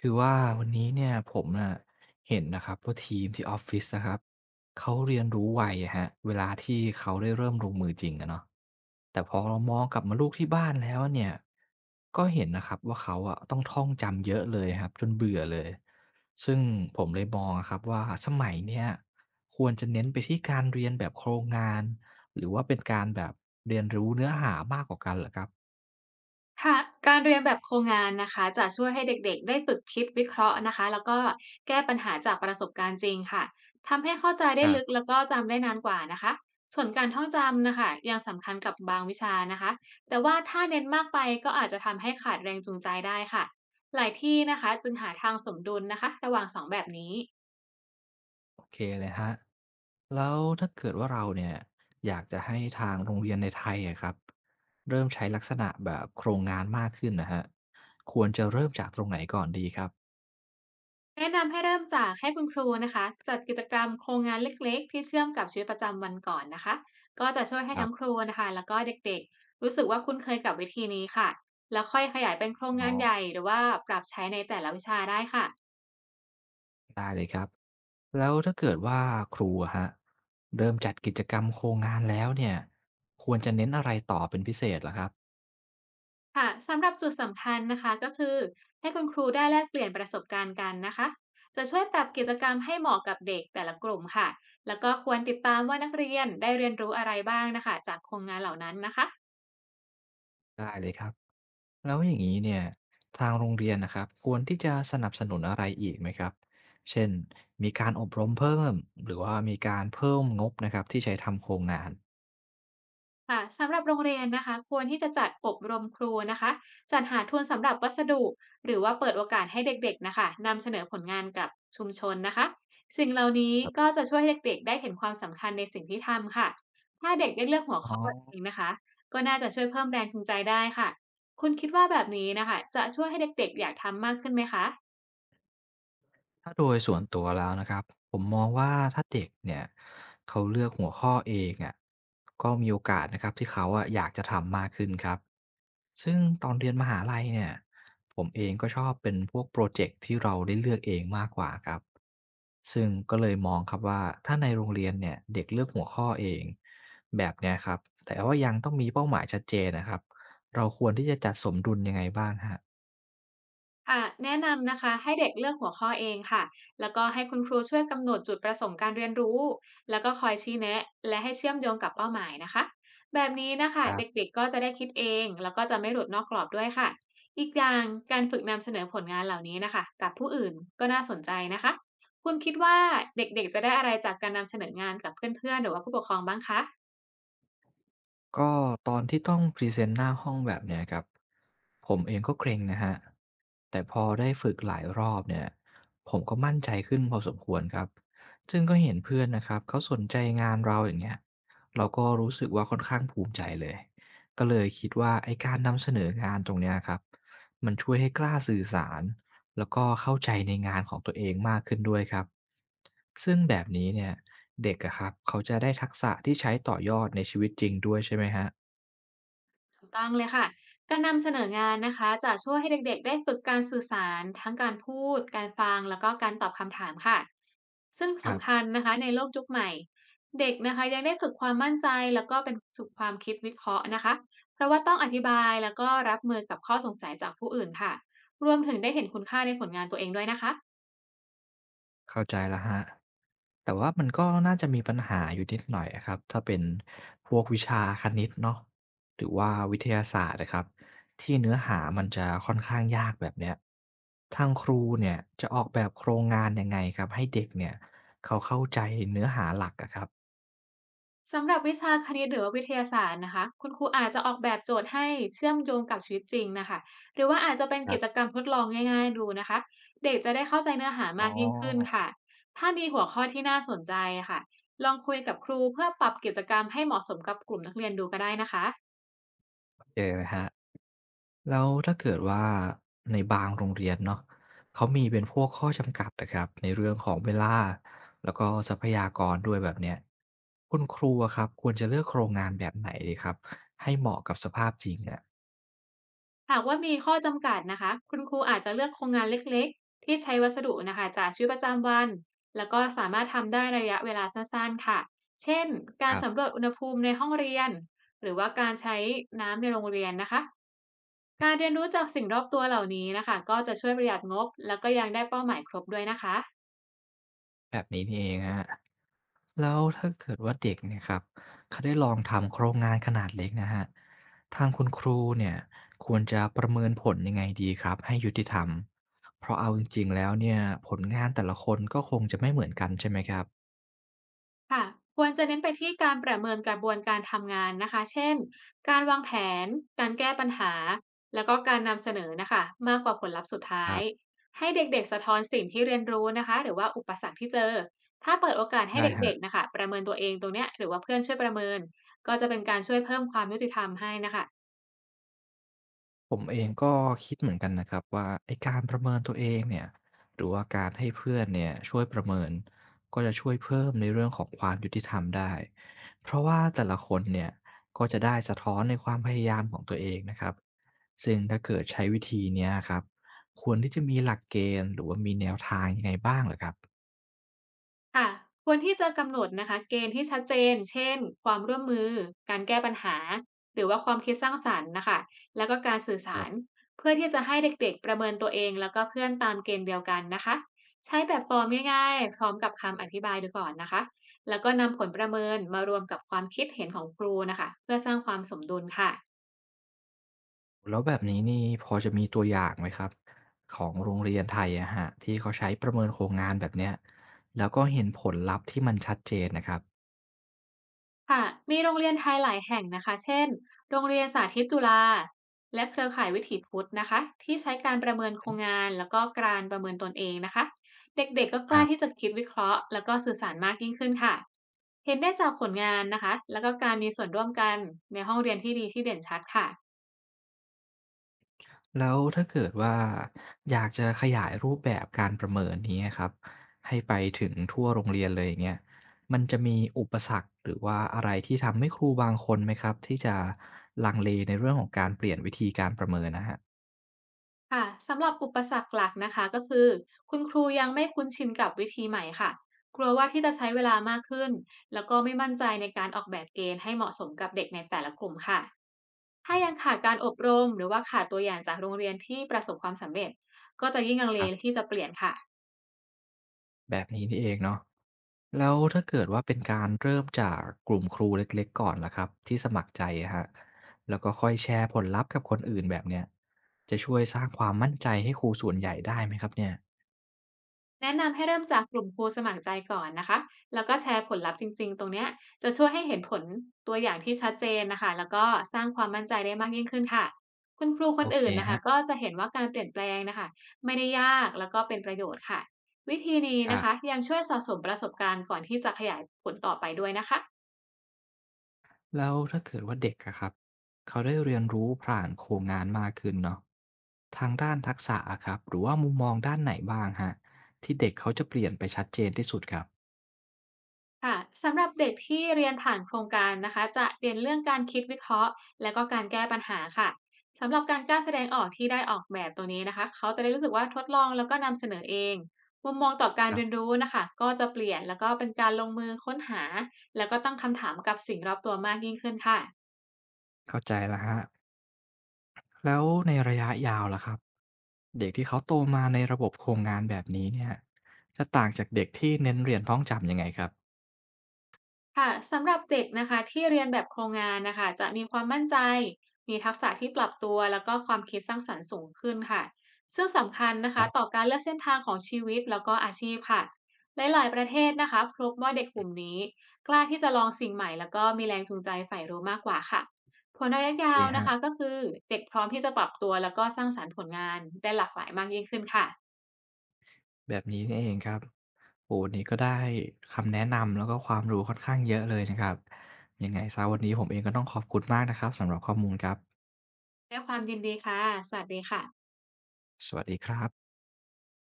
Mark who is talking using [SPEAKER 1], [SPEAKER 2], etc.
[SPEAKER 1] คือว่าวันนี้เนี่ยผมน่ะเห็นนะครับว่าทีมที่ออฟฟิศนะครับเขาเรียนรู้ไวอะฮะเวลาที่เขาได้เริ่มลงมือจริงอะเนาะแต่พอเรามองกลับมาลูกที่บ้านแล้วเนี่ยก็เห็นนะครับว่าเขาอะต้องท่องจำเยอะเลยครับจนเบื่อเลยซึ่งผมเลยมองอะครับว่าสมัยเนี่ยควรจะเน้นไปที่การเรียนแบบโครงงานหรือว่าเป็นการแบบเรียนรู้เนื้อหามากกว่ากันเหรอครับ
[SPEAKER 2] ค่ะการเรียนแบบโครงงานนะคะจะช่วยให้เด็กๆได้ฝึกคิดวิเคราะห์นะคะแล้วก็แก้ปัญหาจากประสบการณ์จริงค่ะทำให้เข้าใจ
[SPEAKER 1] ค
[SPEAKER 2] ได้
[SPEAKER 1] รั
[SPEAKER 2] ลึก
[SPEAKER 1] บ
[SPEAKER 2] แล้วก็จำได้นานกว่านะคะส่วนการท่องจำนะคะยังสำคัญกับบางวิชานะคะแต่ว่าถ้าเน้นมากไปก็อาจจะทำให้ขาดแรงจูงใจได้ค่ะหลายที่นะคะจึงหาทางสมดุลนะคะระหว่างสองแบบนี้
[SPEAKER 1] โอเคเลยฮะแล้วถ้าเกิดว่าเราเนี่ยอยากจะให้ทางโรงเรียนในไทยอะครับเริ่มใช้ลักษณะแบบโครงงานมากขึ้นนะคะควรจะเริ่มจากตรงไหนก่อนดีครับ
[SPEAKER 2] แนะนำให้เริ่มจากให้คุณครูนะคะจัดกิจกรรมโครงงานเล็กๆที่เชื่อมกับชีวิตประจำวันก่อนนะคะก็จะช่วยให้
[SPEAKER 1] ครั
[SPEAKER 2] ทั้งค
[SPEAKER 1] บ
[SPEAKER 2] รูนะคะแล้วก็เด็กๆรู้สึกว่าคุ้นเคยกับวิธีนี้ค่ะแล้วค่อยขยายเป็นโครง
[SPEAKER 1] อ๋อ
[SPEAKER 2] งานใหญ่หรือว่าปรับใช้ในแต่ละวิชาได้ค่ะ
[SPEAKER 1] ได้เลยครับแล้วถ้าเกิดว่าครูอะครเริ่มจัดกิจกรรมโครงงานแล้วเนี่ยควรจะเน้นอะไรต่อเป็นพิเศษเหรอครับ
[SPEAKER 2] ค่ะสำหรับจุดสำคัญนะคะก็คือให้คุณครูได้แลกเปลี่ยนประสบการณ์กันนะคะจะช่วยปรับกิจกรรมให้เหมาะกับเด็กแต่ละกลุ่มค่ะแล้วก็ควรติดตามว่านักเรียนได้เรียนรู้อะไรบ้างนะคะจากโครงงานเหล่านั้นนะคะ
[SPEAKER 1] ได้เลยครับ แล้วอย่างนี้เนี่ยทางโรงเรียนนะครับควรที่จะสนับสนุนอะไรอีกไหมครับ เช่นมีการอบรมเพิ่มหรือว่ามีการเพิ่มงบนะครับที่ใช้ทำโครงงาน
[SPEAKER 2] ค่ะสำหรับโรงเรียนนะคะควรที่จะจัดอบรมครูนะคะจัดหาทุนสำหรับวัสดุหรือว่าเปิดโอกาสให้เด็กๆนะคะนำเสนอผลงานกับชุมชนนะคะสิ่งเหล่านี้
[SPEAKER 1] ครั
[SPEAKER 2] ก็
[SPEAKER 1] บ
[SPEAKER 2] จะช่วยให้เด็กๆได้เห็นความสำคัญในสิ่งที่ทำค่ะถ้าเด็กได้เลือกหัว
[SPEAKER 1] อ๋อ
[SPEAKER 2] ข้อเองนะคะก็น่าจะช่วยเพิ่มแรงจูงใจได้ค่ะคุณคิดว่าแบบนี้นะคะจะช่วยให้เด็กๆอยากทำมากขึ้นไหมคะ
[SPEAKER 1] ถ้าโดยส่วนตัวแล้วนะครับผมมองว่าถ้าเด็กเนี่ยเขาเลือกหัวข้อเองอ่ะก็มีโอกาสนะครับที่เขาอ่ะอยากจะทำมากขึ้นครับซึ่งตอนเรียนมหาลัยเนี่ยผมเองก็ชอบเป็นพวกโปรเจกต์ที่เราได้เลือกเองมากกว่าครับซึ่งก็เลยมองครับว่าถ้าในโรงเรียนเนี่ยเด็กเลือกหัวข้อเองแบบเนี้ยครับแต่ว่ายังต้องมีเป้าหมายชัดเจนนะครับเราควรที่จะจัดสมดุลยังไงบ้างฮะ
[SPEAKER 2] ค่ะแนะนำนะคะให้เด็กเลือกหัวข้อเองค่ะแล้วก็ให้คุณครูช่วยกำหนดจุดประสงค์การเรียนรู้แล้วก็คอยชี้แนะและให้เชื่อมโยงกับเป้าหมายนะคะแบบนี้นะคะเด็กๆก็จะได้คิดเองแล้วก็จะไม่หลุดนอกกรอบด้วยค่ะอีกอย่างการฝึกนำเสนอผลงานเหล่านี้นะคะกับผู้อื่นก็น่าสนใจนะคะคุณคิดว่าเด็กๆจะได้อะไรจากการนำเสนองานกับเพื่อนๆหรือว่าผู้ปกครองบ้างคะ
[SPEAKER 1] ก็ตอนที่ต้องพรีเซนต์หน้าห้องแบบเนี้ยครับผมเองก็เกรงนะฮะแต่พอได้ฝึกหลายรอบเนี่ยผมก็มั่นใจขึ้นพอสมควรครับซึ่งก็เห็นเพื่อนนะครับเขาสนใจงานเราอย่างเงี้ยเราก็รู้สึกว่าค่อนข้างภูมิใจเลยก็เลยคิดว่าไอ้การนำเสนองานตรงเนี้ยครับมันช่วยให้กล้าสื่อสาร แล้วก็เข้าใจในงานของตัวเองมากขึ้นด้วยครับซึ่งแบบนี้เนี่ยเด็กอะครับเขาจะได้ทักษะที่ใช้ต่อยอดในชีวิตจริงด้วยใช่ไหมฮะ
[SPEAKER 2] ถูกต้องเลยค่ะการนำเสนองานนะคะจะช่วยให้เด็กๆ ได้ฝึกการสื่อสารทั้งการพูด การฟัง แล้วก็การตอบคำถามค่ะซึ่ง
[SPEAKER 1] ครับ
[SPEAKER 2] สำคัญนะคะในโลกยุคใหม่เด็กนะคะยังได้ฝึกความมั่นใจแล้วก็เป็นสุขความคิดวิเคราะห์นะคะเพราะว่าต้องอธิบายแล้วก็รับมือกับข้อสงสัยจากผู้อื่นค่ะรวมถึงได้เห็นคุณค่าในผลงานตัวเองด้วยนะคะ
[SPEAKER 1] เข้าใจแล้วฮะแต่ว่ามันก็น่าจะมีปัญหาอยู่นิดหน่อยอะครับถ้าเป็นพวกวิชาคณิตเนาะหรือว่าวิทยาศาสตร์นะครับที่เนื้อหามันจะค่อนข้างยากแบบเนี้ยทางครูเนี่ยจะออกแบบโครงงานยังไงครับให้เด็กเนี่ยเขาเข้าใจเนื้อหาหลักอะครับ
[SPEAKER 2] สำหรับวิชาคณิตหรือว่าวิทยาศาสตร์นะคะคุณครูอาจจะออกแบบโจทย์ให้เชื่อมโยงกับชีวิตจริงนะคะหรือว่าอาจจะเป็น
[SPEAKER 1] ครั
[SPEAKER 2] กิจกร
[SPEAKER 1] บ
[SPEAKER 2] รมทดลองง่ายๆดูนะคะเด็กจะได้เข้าใจเนื้อหา
[SPEAKER 1] อ๋
[SPEAKER 2] มากยิ่งขึ้น
[SPEAKER 1] อ
[SPEAKER 2] ค่ะถ้ามีหัวข้อที่น่าสนใจค่ะลองคุยกับครูเพื่อปรับกิจกรรมให้เหมาะสมกับกลุ่มนักเรียนดูก็ได้นะคะ
[SPEAKER 1] เออครฮะแล้วถ้าเกิดว่าในบางโรงเรียนเนาะเขามีเป็นพวกข้อจำกัดนะครับในเรื่องของเวลาแล้วก็ทรัพยากรด้วยแบบเนี้ยคุณครูอะครับควรจะเลือกโครงงานแบบไหนดีครับให้เหมาะกับสภาพจริงอะ
[SPEAKER 2] หากว่ามีข้อจำกัดนะคะคุณครูอาจจะเลือกโครงงานเล็กๆที่ใช้วัสดุนะคะจากชีวิตประจำวันแล้วก็สามารถทำได้ระยะเวลาสั้นๆค่ะ เช่น กา
[SPEAKER 1] ค
[SPEAKER 2] ร
[SPEAKER 1] รับ
[SPEAKER 2] สำรวจอุณหภูมิในห้องเรียนหรือว่าการใช้น้ำในโรงเรียนนะคะการเรียนรู้จากสิ่งรอบตัวเหล่านี้นะคะก็จะช่วยประหยัดงบแล้วก็ยังได้เป้าหมายครบด้วยนะคะ
[SPEAKER 1] แบบนี้นี่เองฮะแล้วถ้าเกิดว่าเด็กเนี่ยครับเขาได้ลองทำโครงงานขนาดเล็กนะฮะทางคุณครูเนี่ยควรจะประเมินผลยังไงดีครับให้ยุติธรรมเพราะเอาจริงๆแล้วเนี่ยผลงานแต่ละคนก็คงจะไม่เหมือนกันใช่ไหมครับ
[SPEAKER 2] ค่ะควรจะเน้นไปที่การประเมินกระบวนการทำงานนะคะเช่นการวางแผนการแก้ปัญหาแล้วก็การนำเสนอนะคะมากกว่าผลลัพธ์สุด
[SPEAKER 1] ค
[SPEAKER 2] ท้า
[SPEAKER 1] รั
[SPEAKER 2] ย
[SPEAKER 1] บ
[SPEAKER 2] ให้เด็กๆสะท้อนสิ่งที่เรียนรู้นะคะหรือว่าอุปสรรคที่เจอถ้าเปิดโอกาสให้
[SPEAKER 1] ได้
[SPEAKER 2] เด็กๆ
[SPEAKER 1] คะ
[SPEAKER 2] นะคะประเมินตัวเองตรงเนี้ยหรือว่าเพื่อนช่วยประเมินก็จะเป็นการช่วยเพิ่มความยุติธรรมให้นะคะ
[SPEAKER 1] ผมเองก็คิดเหมือนกันนะครับว่าไอ้การประเมินตัวเองเนี่ยหรือว่าการให้เพื่อนเนี่ยช่วยประเมินก็จะช่วยเพิ่มในเรื่องของความยุติธรรมได้เพราะว่าแต่ละคนเนี่ยก็จะได้สะท้อนในความพยายามของตัวเองนะครับซึ่งถ้าเกิดใช้วิธีเนี้ยครับควรที่จะมีหลักเกณฑ์หรือว่ามีแนวทางยังไงบ้างเหรอครับ
[SPEAKER 2] ค่ะควรที่จะกำหนดนะคะเกณฑ์ที่ชัดเจนเช่นความร่วมมือการแก้ปัญหาหรือว่าความคิดสร้างสรรค์นะคะแล้วก็การสื่อสารเพื่อที่จะให้เด็กๆประเมินตัวเองแล้วก็เพื่อนตามเกณฑ์เดียวกันนะคะใช้แบบฟอร์มง่ายๆพร้อมกับคำอธิบายดูก่อนนะคะแล้วก็นำผลประเมินมารวมกับความคิดเห็นของครูนะคะเพื่อสร้างความสมดุลค่ะ
[SPEAKER 1] แล้วแบบนี้นี่พอจะมีตัวอย่างไหมครับของโรงเรียนไทยอะฮะที่เขาใช้ประเมินโครงงานแบบเนี้ยแล้วก็เห็นผลลัพธ์ที่มันชัดเจนนะครับ
[SPEAKER 2] ค่ะมีโรงเรียนไทยหลายแห่งนะคะเช่นโรงเรียนสาธิตจุฬาและเครือข่ายวิถีพุทธนะคะที่ใช้การประเมินโครงงานแล้วก็การประเมินตนเองนะคะเด็กๆก็ก
[SPEAKER 1] ค
[SPEAKER 2] ล้า
[SPEAKER 1] รั
[SPEAKER 2] ที่
[SPEAKER 1] บ
[SPEAKER 2] จะคิดวิเคราะห์แล้วก็สื่อสารมากยิ่งขึ้นค่ะเห็นได้จากผลงานนะคะแล้วก็การมีส่วนร่วมกันในห้องเรียนที่ดีที่เด่นชัดค่ะ
[SPEAKER 1] แล้วถ้าเกิดว่าอยากจะขยายรูปแบบการประเมินนี้ครับให้ไปถึงทั่วโรงเรียนเลยอย่างเงี้ยมันจะมีอุปสรรคหรือว่าอะไรที่ทำให้ครูบางคนไหมครับที่จะลังเลในเรื่องของการเปลี่ยนวิธีการประเมินนะครับ
[SPEAKER 2] ค่ะสำหรับอุปสรรคหลักนะคะก็คือคุณครูยังไม่คุ้นชินกับวิธีใหม่ค่ะกลัวว่าที่จะใช้เวลามากขึ้นแล้วก็ไม่มั่นใจในการออกแบบเกณฑ์ให้เหมาะสมกับเด็กในแต่ละกลุ่มค่ะ ถ้ายังขาดการอบรมหรือว่าขาดตัวอย่างจากโรงเรียนที่ประสบความสำเร็จก็จะยิ่งลัง
[SPEAKER 1] ค
[SPEAKER 2] เล
[SPEAKER 1] รับ
[SPEAKER 2] ที่จะเปลี่ยนค่ะ
[SPEAKER 1] แบบนี้นี่เองเนาะ แล้วถ้าเกิดว่าเป็นการเริ่มจากกลุ่มครูเล็กๆก่อนล่ะครับที่สมัครใจอะฮะแล้วก็ค่อยแชร์ผลลัพธ์กับคนอื่นแบบเนี้ยจะช่วยสร้างความมั่นใจให้ครูส่วนใหญ่ได้ไหมครับเนี่ย
[SPEAKER 2] แนะนำให้เริ่มจากกลุ่มครูสมัครใจก่อนนะคะแล้วก็แชร์ผลลัพธ์จริงๆตรงเนี้ยจะช่วยให้เห็นผลตัวอย่างที่ชัดเจนนะคะแล้วก็สร้างความมั่นใจได้มากยิ่งขึ้นค่ะคุณครูค
[SPEAKER 1] โอ
[SPEAKER 2] น
[SPEAKER 1] เค
[SPEAKER 2] อื่นนะคะ
[SPEAKER 1] ฮะ
[SPEAKER 2] ก็จะเห็นว่าการเปลี่ยนแปลงนะคะไม่ได้ยากแล้วก็เป็นประโยชน์ค่ะวิธีนี้
[SPEAKER 1] ครั
[SPEAKER 2] นะคะ
[SPEAKER 1] บ
[SPEAKER 2] ยังช่วยสะสมประสบการณ์ก่อนที่จะขยายผลต่อไปด้วยนะคะ
[SPEAKER 1] แล้วถ้าเกิดว่าเด็กอะครับเขาได้เรียนรู้ผ่านโครงงานมากขึ้นเนาะทางด้านทักษะอะครับหรือว่ามุมมองด้านไหนบ้างฮะที่เด็กเขาจะเปลี่ยนไปชัดเจนที่สุดครับ
[SPEAKER 2] ค่ะสำหรับเด็กที่เรียนผ่านโครงการนะคะจะเรียนเรื่องการคิดวิเคราะห์และก็การแก้ปัญหาค่ะสำหรับการกล้าแสดงออกที่ได้ออกแบบตัวนี้นะคะเขาจะได้รู้สึกว่าทดลองแล้วก็นำเสนอเองมุมมองต่อการ
[SPEAKER 1] ครั
[SPEAKER 2] เรียน
[SPEAKER 1] บ
[SPEAKER 2] รู้นะคะก็จะเปลี่ยนแล้วก็เป็นการลงมือค้นหาแล้วก็ตั้งคำถามกับสิ่งรอบตัวมากยิ่งขึ้นค่ะ
[SPEAKER 1] เข้าใจแล้วครับ แล้วในระยะยาวล่ะครับเด็กที่เขาโตมาในระบบโครงงานแบบนี้เนี่ยจะต่างจากเด็กที่เน้นเรียนท่องจำยังไงครับ
[SPEAKER 2] ค่ะสำหรับเด็กนะคะที่เรียนแบบโครงงานนะคะจะมีความมั่นใจมีทักษะที่ปรับตัวแล้วก็ความคิดสร้างสรรค์สูงขึ้นค่ะซึ่งสำคัญนะ
[SPEAKER 1] ค
[SPEAKER 2] คะ
[SPEAKER 1] รั
[SPEAKER 2] ต่อ
[SPEAKER 1] บ
[SPEAKER 2] การเลือกเส้นทางของชีวิตแล้วก็อาชีพค่ะหลายๆประเทศนะคะพบว่าเด็กกลุ่มนี้กล้าที่จะลองสิ่งใหม่แล้วก็มีแรงจูงใจใฝ่รู้มากกว่าค่ะผลระยะ
[SPEAKER 1] โอเค
[SPEAKER 2] ยาว
[SPEAKER 1] ฮ
[SPEAKER 2] นะ
[SPEAKER 1] ร
[SPEAKER 2] คะก็คือเด็กพร้อมที่จะปรับตัวแล้วก็สร้างสรรค์ผลงานได้หลากหลายมากยิ่งขึ้นค่ะ
[SPEAKER 1] แบบนี้นี่เองครับโอ้โวันนี้ก็ได้คำแนะนำแล้วก็ความรู้ค่อนข้างเยอะเลยนะครับยังไงซสียวันนี้ผมเองก็ต้องขอบคุณมากนะครับสำหรับข้อมูลครับ
[SPEAKER 2] ด้วยความยินดีค่ะสวัสดีค่ะ
[SPEAKER 1] สวัสดีครับ